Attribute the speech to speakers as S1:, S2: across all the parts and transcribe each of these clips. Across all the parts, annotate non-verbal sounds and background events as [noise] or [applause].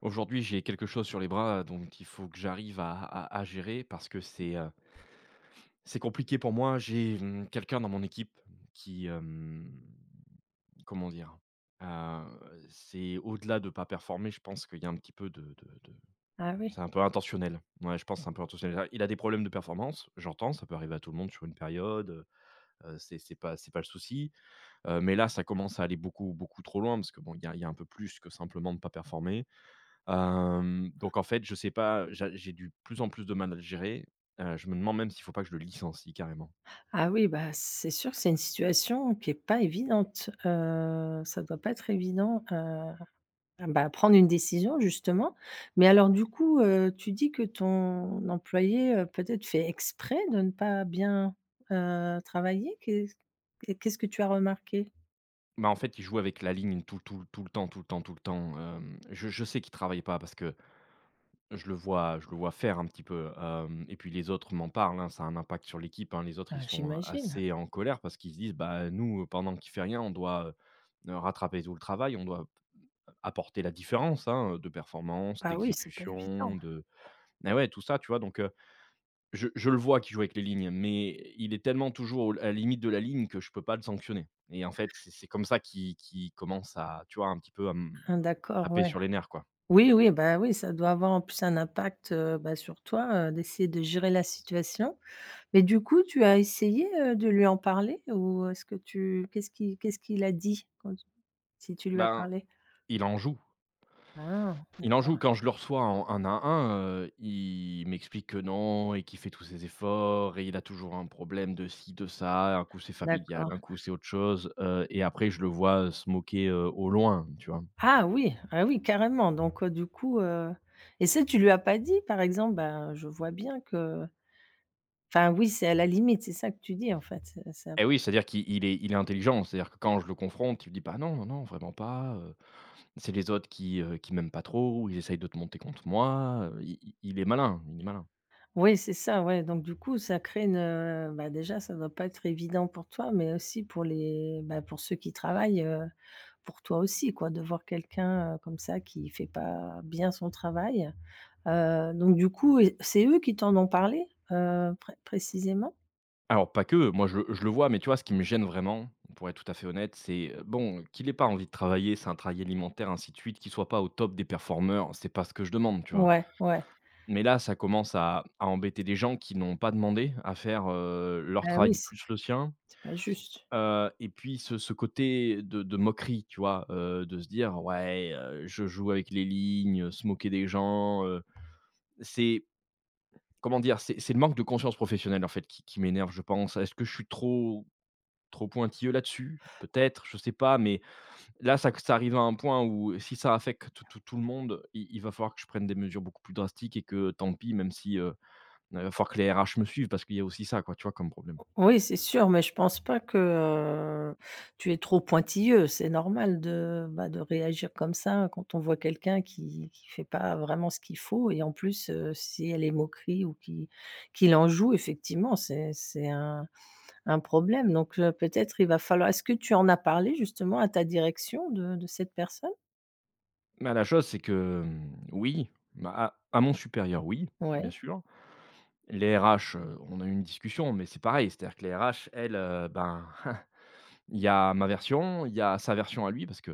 S1: Aujourd'hui, j'ai quelque chose sur les bras, donc il faut que j'arrive à gérer parce que c'est compliqué pour moi. J'ai, quelqu'un dans mon équipe qui, comment dire? C'est au-delà de pas performer, je pense qu'il y a un petit peu de
S2: Ah oui.
S1: c'est un peu intentionnel. Ouais, je pense que c'est un peu intentionnel. Il a des problèmes de performance, j'entends, ça peut arriver à tout le monde sur une période. C'est pas le souci. Mais là, ça commence à aller beaucoup, beaucoup trop loin parce que bon, il y a un peu plus que simplement ne pas performer. Donc en fait, je sais pas, j'ai du plus en plus de mal à le gérer. Je me demande même s'il faut pas que je le licencie carrément.
S2: Ah oui, bah, c'est sûr que c'est une situation qui est pas évidente. Ça doit pas être évident, ah bah, prendre une décision justement. Mais alors du coup, tu dis que ton employé, peut-être fait exprès de ne pas bien, travailler? Qu'est-ce qu'est ce quest ce que tu as remarqué?
S1: Bah, en fait, il joue avec la ligne tout le temps tout le temps tout le temps. Hem, je sais qu'il travaille pas parce que je le vois faire un petit peu. Hem et puis les autres m'en parlent, hein, ça a un impact sur l'équipe, hein. Les autres, ils
S2: Ah,
S1: sont
S2: j'imagine.
S1: assez en colère parce qu'ils se disent: «Bah, nous, pendant qu'il fait rien, on doit, rattraper tout le travail, on doit apporter la différence, hein, de performance,
S2: Ah oui, c'est pas évident.
S1: d'exécution, de». Et ouais, tout ça, tu vois? Donc je le vois qu'il joue avec les lignes, mais il est tellement toujours au à la limite de la ligne que je peux pas le sanctionner et en fait, c'est comme ça qu'il commence à, tu vois, un petit peu à me
S2: Ah d'accord,
S1: taper
S2: ouais.
S1: sur les nerfs, quoi.
S2: Oui, oui, bah, oui, ça doit avoir en plus un impact, bah, sur toi, d'essayer de gérer la situation. Mais du coup, tu as essayé, de lui en parler ou est-ce que tu qu'est-ce qu'il a dit si tu lui as
S1: Ben,
S2: parlé?
S1: il en joue.
S2: Ah,
S1: Il en joue. Quand je le reçois en 1 à un, il m'explique que non et qu'il fait tous ses efforts et il a toujours un problème de ci, de ça, un coup c'est familial,
S2: d'accord.
S1: un coup c'est autre chose. Et après je le vois se moquer, au loin, tu vois?
S2: Ah oui, ah oui carrément donc du coup, et ça tu lui as pas dit par exemple? Ben, je vois bien que, oui, c'est à la limite, c'est ça que tu dis en fait? C'est ça
S1: Et oui, c'est-à-dire qu'il il est intelligent, c'est-à-dire que quand je le confronte, il me dit: «Bah non, non, non, vraiment pas, c'est les autres qui m'aiment pas trop ou ils essayent de te monter contre moi». Heu, i il est malin, il est malin.
S2: oui, c'est ça, ouais donc du coup ça crée une, bah, déjà ça doit pas être évident pour toi, mais aussi pour les, bah, pour ceux qui travaillent, pour toi aussi quoi, de voir quelqu'un, comme ça qui fait pas bien son travail. Donc du coup et c'est eux qui t'en ont parlé, pré précisément?
S1: Alors pas que, moi je le vois, mais tu vois, ce qui me gêne vraiment, pour être tout à fait honnête, c'est, bon, qu'il ait pas envie de travailler, c'est un travail alimentaire, ainsi de suite, qu'il soit pas au top des performeurs, c'est pas ce que je demande, tu vois?
S2: Ouais, ouais.
S1: Mais là, ça commence à embêter des gens qui n'ont pas demandé à faire, leur
S2: Ah
S1: travail
S2: oui, c'est
S1: plus le sien.
S2: c'est pas juste.
S1: Et puis ce côté de moquerie, tu vois? De se dire: «Ouais, je joue avec les lignes», se moquer des gens. Heu, c'est Comment dire? C'est le manque de conscience professionnelle, en fait, qui m'énerve, je pense. Est-ce que je suis trop trop pointilleux là-dessus? Peut-être, je sais pas, mais là, ça arrive à un point où si ça affecte tout le monde, il va falloir que je prenne des mesures beaucoup plus drastiques et que tant pis, même si, il va falloir que les RH me suivent parce qu'il y a aussi ça, quoi, tu vois, comme problème.
S2: Oui, c'est sûr, mais je pense pas que, tu es trop pointilleux. C'est normal de, bah, de réagir comme ça quand on voit quelqu'un qui fait pas vraiment ce qu'il faut et en plus, si elle est moquerie ou qui l'en joue effectivement, c'est un problème, donc peut-être il va falloir est-ce que tu en as parlé justement à ta direction de cette personne?
S1: Bah, la chose, c'est que, oui, bah, à mon supérieur, oui, bien
S2: Ouais,
S1: sûr. Les RH, on a eu une discussion, mais c'est pareil, c'est-à-dire que les RH, elles, [laughs] il y a ma version, il y a sa version à lui. Parce que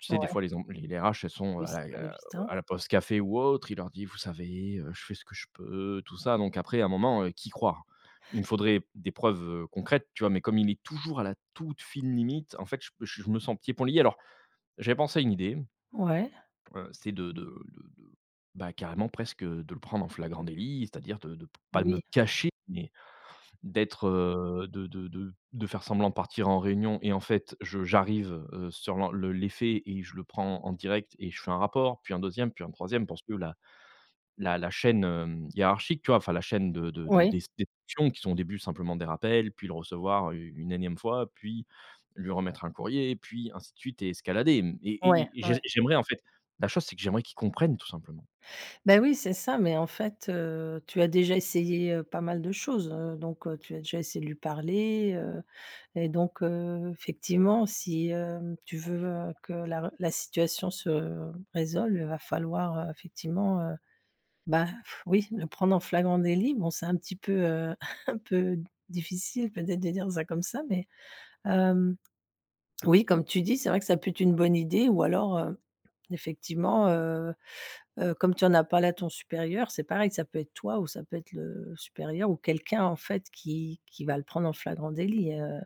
S1: tu sais, des
S2: ouais,
S1: fois, les em les RH, elles sont
S2: oui,
S1: à
S2: c'est pas
S1: la
S2: évident.
S1: à la pause café ou autre. Il leur dit: «Vous savez, je fais ce que je peux», tout ça. Donc après, à un moment, qui croire? Il me faudrait des preuves, concrètes, tu vois? Mais comme il est toujours à la toute fine limite, en fait, je me sens pieds poings liés. Alors, j'avais pensé à une idée.
S2: Ouais,
S1: Heu, c'est de de de de bah, carrément presque, de le prendre en flagrant délit, c'est-à-dire de pas de me
S2: oui,
S1: cacher. D'être, de faire semblant de partir en réunion et en fait, je j'arrive, sur l'effet et je le prends en direct et je fais un rapport, puis un deuxième puis un troisième parce que la chaîne, hiérarchique, tu vois? Enfin la chaîne de
S2: oui,
S1: des actions qui sont au début simplement des rappels, puis le recevoir u une énième fois, puis lui remettre un courrier, puis ainsi de suite et escalader, mmh et
S2: ouais,
S1: et et
S2: ouais.
S1: j'ai j'aimerais en fait, la chose c'est que j'aimerais qu'ils comprennent tout simplement.
S2: Bah, oui, c'est ça, mais en fait, tu as déjà essayé, pas mal de choses, donc tu as déjà essayé de lui parler, et donc effectivement, si, tu veux, que la situation se résolve, il va falloir, effectivement, bah, pff, oui, le prendre en flagrant délit, bon, c'est un petit peu, [laughs] un peu difficile peut-être de dire ça comme ça, mais hem, oui, comme tu dis, c'est vrai que ça peut être une bonne idée ou alors, effectivement, comme tu en as parlé à ton supérieur, c'est pareil, ça peut être toi ou ça peut être le supérieur ou quelqu'un en fait qui va le prendre en flagrant délit, heu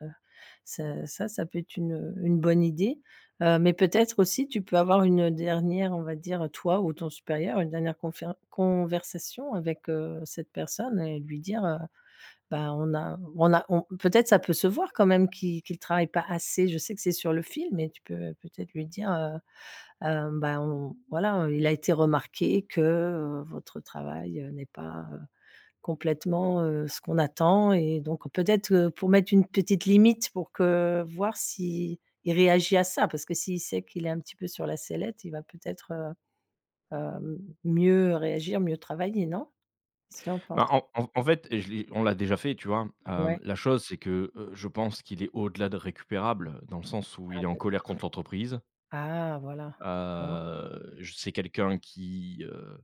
S2: ça ça ça peut être une bonne idée, mais peut-être aussi tu peux avoir une, dernière, on va dire, toi ou ton supérieur, une dernière conféren conversation avec, cette personne et lui dire, «Bah, on» peut-être ça peut se voir quand même qu'il travaille pas assez. Je sais que c'est sur le film, mais tu peux peut-être lui dire, bah, on Voilà, il a été remarqué que, votre travail, n'est pas, complètement, ce qu'on attend et donc peut-être, pour mettre une petite limite pour que voir si il réagit à ça. Parce que s'il sait qu'il est un petit peu sur la sellette, il va peut-être, mieux réagir, mieux travailler, non? Si on pense
S1: Bah, en fait, je l'ai on l'a déjà fait, tu vois?
S2: ouais,
S1: La chose, c'est que, je pense qu'il est au-delà de récupérable, dans le sens où
S2: ah
S1: il est en colère
S2: d'accord.
S1: contre l'entreprise.
S2: Ah voilà. D'accord.
S1: Je, c'est quelqu'un qui, heu,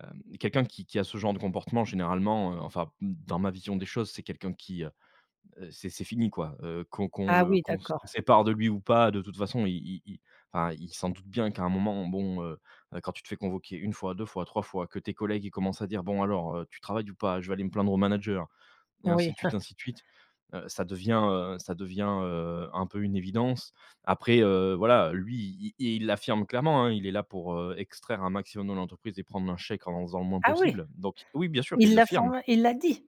S1: hem, quelqu'un qui a ce genre de comportement généralement, enfin, dans ma vision des choses, c'est quelqu'un qui, c'est fini, quoi. Heu, qu'on qu'on
S2: Ah
S1: le
S2: oui,
S1: qu'on se
S2: d'accord.
S1: sépare de lui ou pas, de toute façon, il enfin, il s'en doute bien qu'à un moment, bon, quand tu te fais convoquer une fois, 2 fois, 3 fois, que tes collègues, ils commencent à dire: «Bon alors, tu travailles ou pas? Je vais aller me plaindre au manager» et
S2: Oui.
S1: ainsi de suite, ainsi de suite. Ça devient un peu une évidence. Après, voilà, lui, i i il l'affirme clairement, hein, il est là pour, extraire un maximum de l'entreprise et prendre un chèque en faisant le moins
S2: Ah oui,
S1: possible. Donc oui, bien sûr, il l'affirme.
S2: il l'a dit?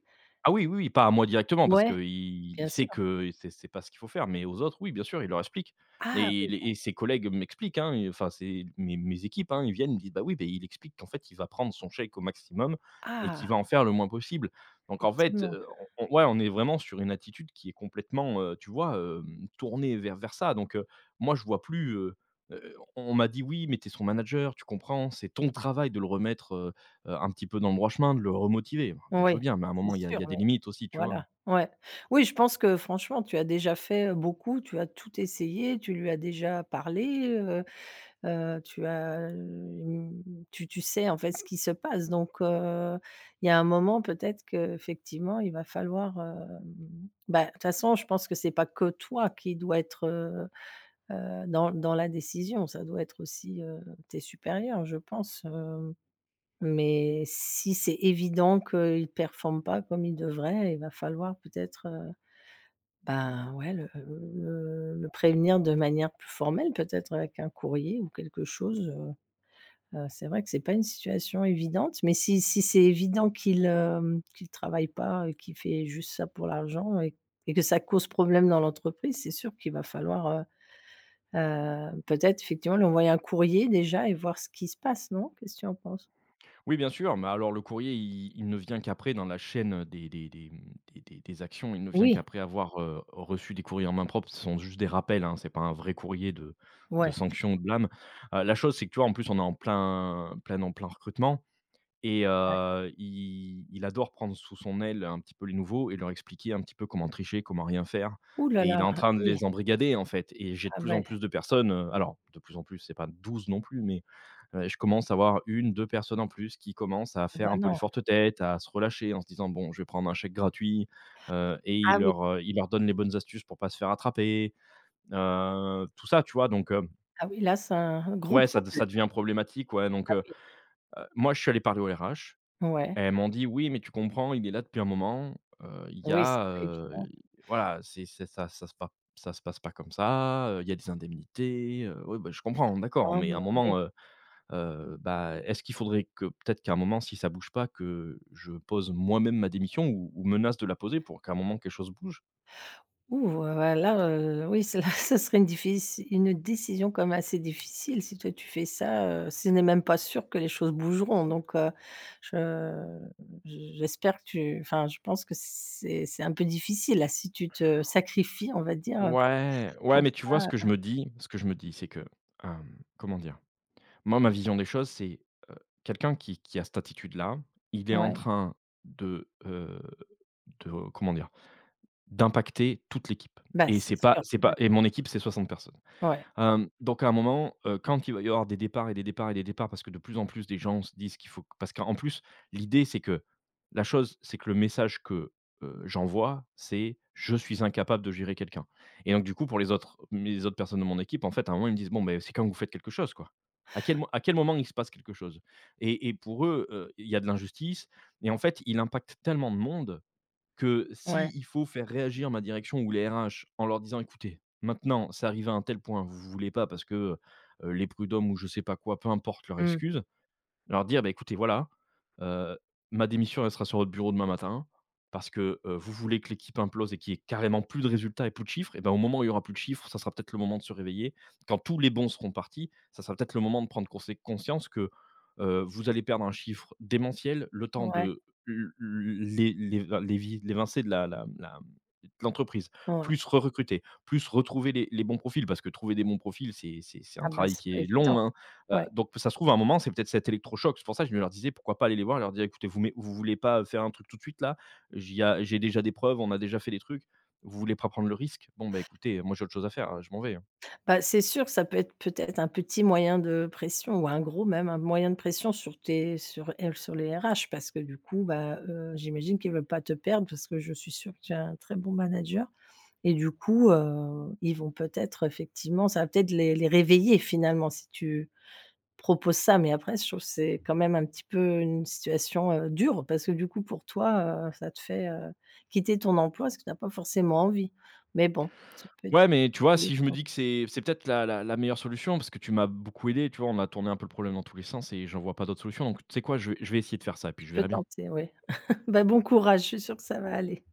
S1: Ah oui, oui, oui, pas à moi directement parce
S2: Ouais,
S1: qu'il il
S2: bien
S1: sait
S2: sûr.
S1: que c'est pas ce qu'il faut faire, mais aux autres, oui, bien sûr, il leur explique.
S2: Ah
S1: Et
S2: oui,
S1: les et ses collègues m'expliquent, hein, et enfin, c'est mes équipes, hein, ils viennent, ils me disent: «Bah oui, beh, il explique qu'en fait, il va prendre son chèque au maximum et
S2: ah
S1: qu'il va en faire le moins possible». Donc en fait,
S2: effectivement.
S1: on ouais, on est vraiment sur une attitude qui est complètement, tu vois, tournée vers ça. Donc moi, je vois plus. On m'a dit: «Oui, mais t'es son manager, tu comprends, c'est ton travail de le remettre, un petit peu dans le droit chemin, de le remotiver». Bah, je veux
S2: Oui,
S1: bien, mais à un
S2: c'est
S1: moment, il y a il
S2: sûr.
S1: y a des limites aussi, tu vois?
S2: Voilà, ouais. Oui, je pense que franchement, tu as déjà fait, beaucoup, tu as tout essayé, tu lui as déjà parlé, tu as, hem, tu tu sais, en fait, ce qui se passe donc il y a un moment peut-être que effectivement, il va falloir, bah, de toute façon, je pense que c'est pas que toi qui dois être, dans la décision, ça doit être aussi, tes supérieurs, je pense, hem mais si c'est évident qu'il ne performe pas comme il devrait, il va falloir peut-être, ben, ouais, le prévenir de manière plus formelle, peut-être avec un courrier ou quelque chose, c'est vrai que c'est pas une situation évidente, mais si c'est évident qu'il, qu'il travaille pas et qu'il fait juste ça pour l'argent et que ça cause problème dans l'entreprise, c'est sûr qu'il va falloir, peut-être effectivement lui envoyer un courrier déjà et voir ce qui se passe, non? Qu'est-ce que tu en penses?
S1: Oui, bien sûr, mais alors le courrier, il ne vient qu'après dans la chaîne, des, mmh, des actions. Il ne vient
S2: Oui,
S1: qu'après avoir, reçu des courriers en main propre. Ce sont juste des rappels, hein, c'est pas un vrai courrier de
S2: ouais,
S1: sanction ou de blâme. La chose, c'est que, tu vois, en plus, on est en plein recrutement. Et
S2: ouais.
S1: il adore prendre sous son aile un petit peu les nouveaux et leur expliquer un petit peu comment tricher, comment rien faire
S2: Ouh là
S1: et
S2: là,
S1: il est en
S2: ah
S1: train de
S2: oui,
S1: les embrigader, en fait. Et j'ai de
S2: ah
S1: plus en
S2: ouais,
S1: plus de personnes, alors de plus en plus, c'est pas 12 non plus, mais je commence à avoir une, deux personnes en plus qui commencent à
S2: ah
S1: faire
S2: bah
S1: un peu les
S2: non.
S1: fortes têtes, à se relâcher en se disant: «Bon, je vais prendre un chèque gratuit», et il
S2: Ah oui,
S1: leur, heu, il leur donne les bonnes astuces pour pas se faire attraper, tout ça, tu vois? Donc,
S2: ah oui, là, c'est un gros
S1: ouais, ça
S2: problème.
S1: ça devient problématique, ouais, donc,
S2: Ah oui.
S1: moi, je suis allé parler au RH.
S2: Ouais,
S1: Elles m'ont dit: «Oui, mais tu comprends, il est là depuis un moment, il y
S2: oui, c'est
S1: a,
S2: pas évident.
S1: voilà, c'est ça ça se pa ça se passe pas comme ça, il y a des indemnités,» Oui, bah, je comprends, d'accord,
S2: Ah
S1: mais à
S2: non,
S1: un
S2: ouais.
S1: moment, bah, est-ce qu'il faudrait que peut-être qu'à un moment, si ça bouge pas, que je pose moi-même ma démission ou menace de la poser pour qu'à un moment quelque chose bouge?
S2: Ouh, là, oui, c'est [laughs] là, ce serait une diffici une décision comme assez difficile si toi tu fais ça, ce n'est même pas sûr que les choses bougeront donc, je j'espère que tu enfin, je pense que c'est un peu difficile là, si tu te sacrifies, on va dire,
S1: Ouais, ouais,
S2: pour
S1: mais tu vois ce que
S2: ça,
S1: je me dis ce que je me dis, c'est que, comment dire? Moi, ma vision des choses, c'est, heu, quelqu'un qui a cette attitude-là, il est en
S2: ouais.
S1: train de, de comment dire? D'impacter toute l'équipe.
S2: Bah,
S1: Et
S2: c'est
S1: c'est pas
S2: sûr,
S1: c'est
S2: ouais,
S1: pas et mon équipe, c'est 60 personnes.
S2: ouais,
S1: Donc à un moment, quand il va y avoir des départs et des départs et des départs parce que de plus en plus des gens se disent qu'il faut parce qu'en plus, l'idée, c'est que la chose, c'est que le message que, j'envoie, c'est: «Je suis incapable de gérer quelqu'un». Et donc du coup, pour les autres mes autres personnes de mon équipe, en fait, à un moment, ils me disent: «Bon, ben c'est quand vous faites quelque chose, quoi? À quel moment il se passe quelque chose?». Et pour eux, il y a de l'injustice et en fait, il impacte tellement de monde que
S2: ouais.
S1: s'il faut faire réagir ma direction ou les RH en leur disant: «Écoutez, maintenant, ça arrive à un tel point, vous voulez pas» parce que, les prud'hommes ou je sais pas quoi, peu importe leur
S2: Mmh,
S1: excuse, leur dire: «Bah, écoutez, voilà, heu, ma démission, elle sera sur votre bureau demain matin parce que, vous voulez que l'équipe implose et qu'il y ait carrément plus de résultats et plus de chiffres. Et ben, au moment où il y aura plus de chiffres, ça sera peut-être le moment de se réveiller. Quand tous les bons seront partis, ça sera peut-être le moment de prendre consé conscience que, vous allez perdre un chiffre démentiel, le temps
S2: ouais,
S1: de l l'é l'é l'évi l'évincer de la la la de l'entreprise,
S2: ouais.
S1: plus recruter, plus retrouver les bons profils». Parce que trouver des bons profils, c'est un
S2: Ah bah,
S1: travail
S2: c'est
S1: qui
S2: pas
S1: est long,
S2: évident,
S1: hein.
S2: ouais.
S1: Donc ça se trouve à un moment, c'est peut-être cet électrochoc. C'est pour ça que je me leur disais: «Pourquoi pas aller les voir?». Leur dire: «Écoutez, vous mais vous voulez pas faire un truc tout de suite là? J'ai déjà des preuves, on a déjà fait des trucs. Vous voulez pas prendre le risque? Bon, bah, écoutez, moi j'ai autre chose à faire, hein, je m'en vais, hein».
S2: Bah, c'est sûr que ça peut être peut-être un petit moyen de pression ou un gros même, un moyen de pression sur tes sur elles, sur les RH parce que du coup, bah, j'imagine qu'ils ne veulent pas te perdre parce que je suis sûre que tu es un très bon manager et du coup, ils vont peut-être effectivement ça va peut-être les réveiller finalement si tu proposes ça mais après je trouve que c'est quand même un petit peu une situation, dure parce que du coup pour toi, ça te fait, quitter ton emploi parce que tu as pas forcément envie mais bon, tu peux
S1: Ouais, mais tu vois, si je me
S2: solution.
S1: dis que c'est peut-être la meilleure solution parce que tu m'as beaucoup aidé, tu vois? On a tourné un peu le problème dans tous les sens et j'en vois pas d'autre solution. Donc tu sais quoi? Je vais essayer de faire ça et puis
S2: Tu
S1: je
S2: peux
S1: verrai bien.
S2: tenter, oui. Bah, bon courage, je suis sûre que ça va aller.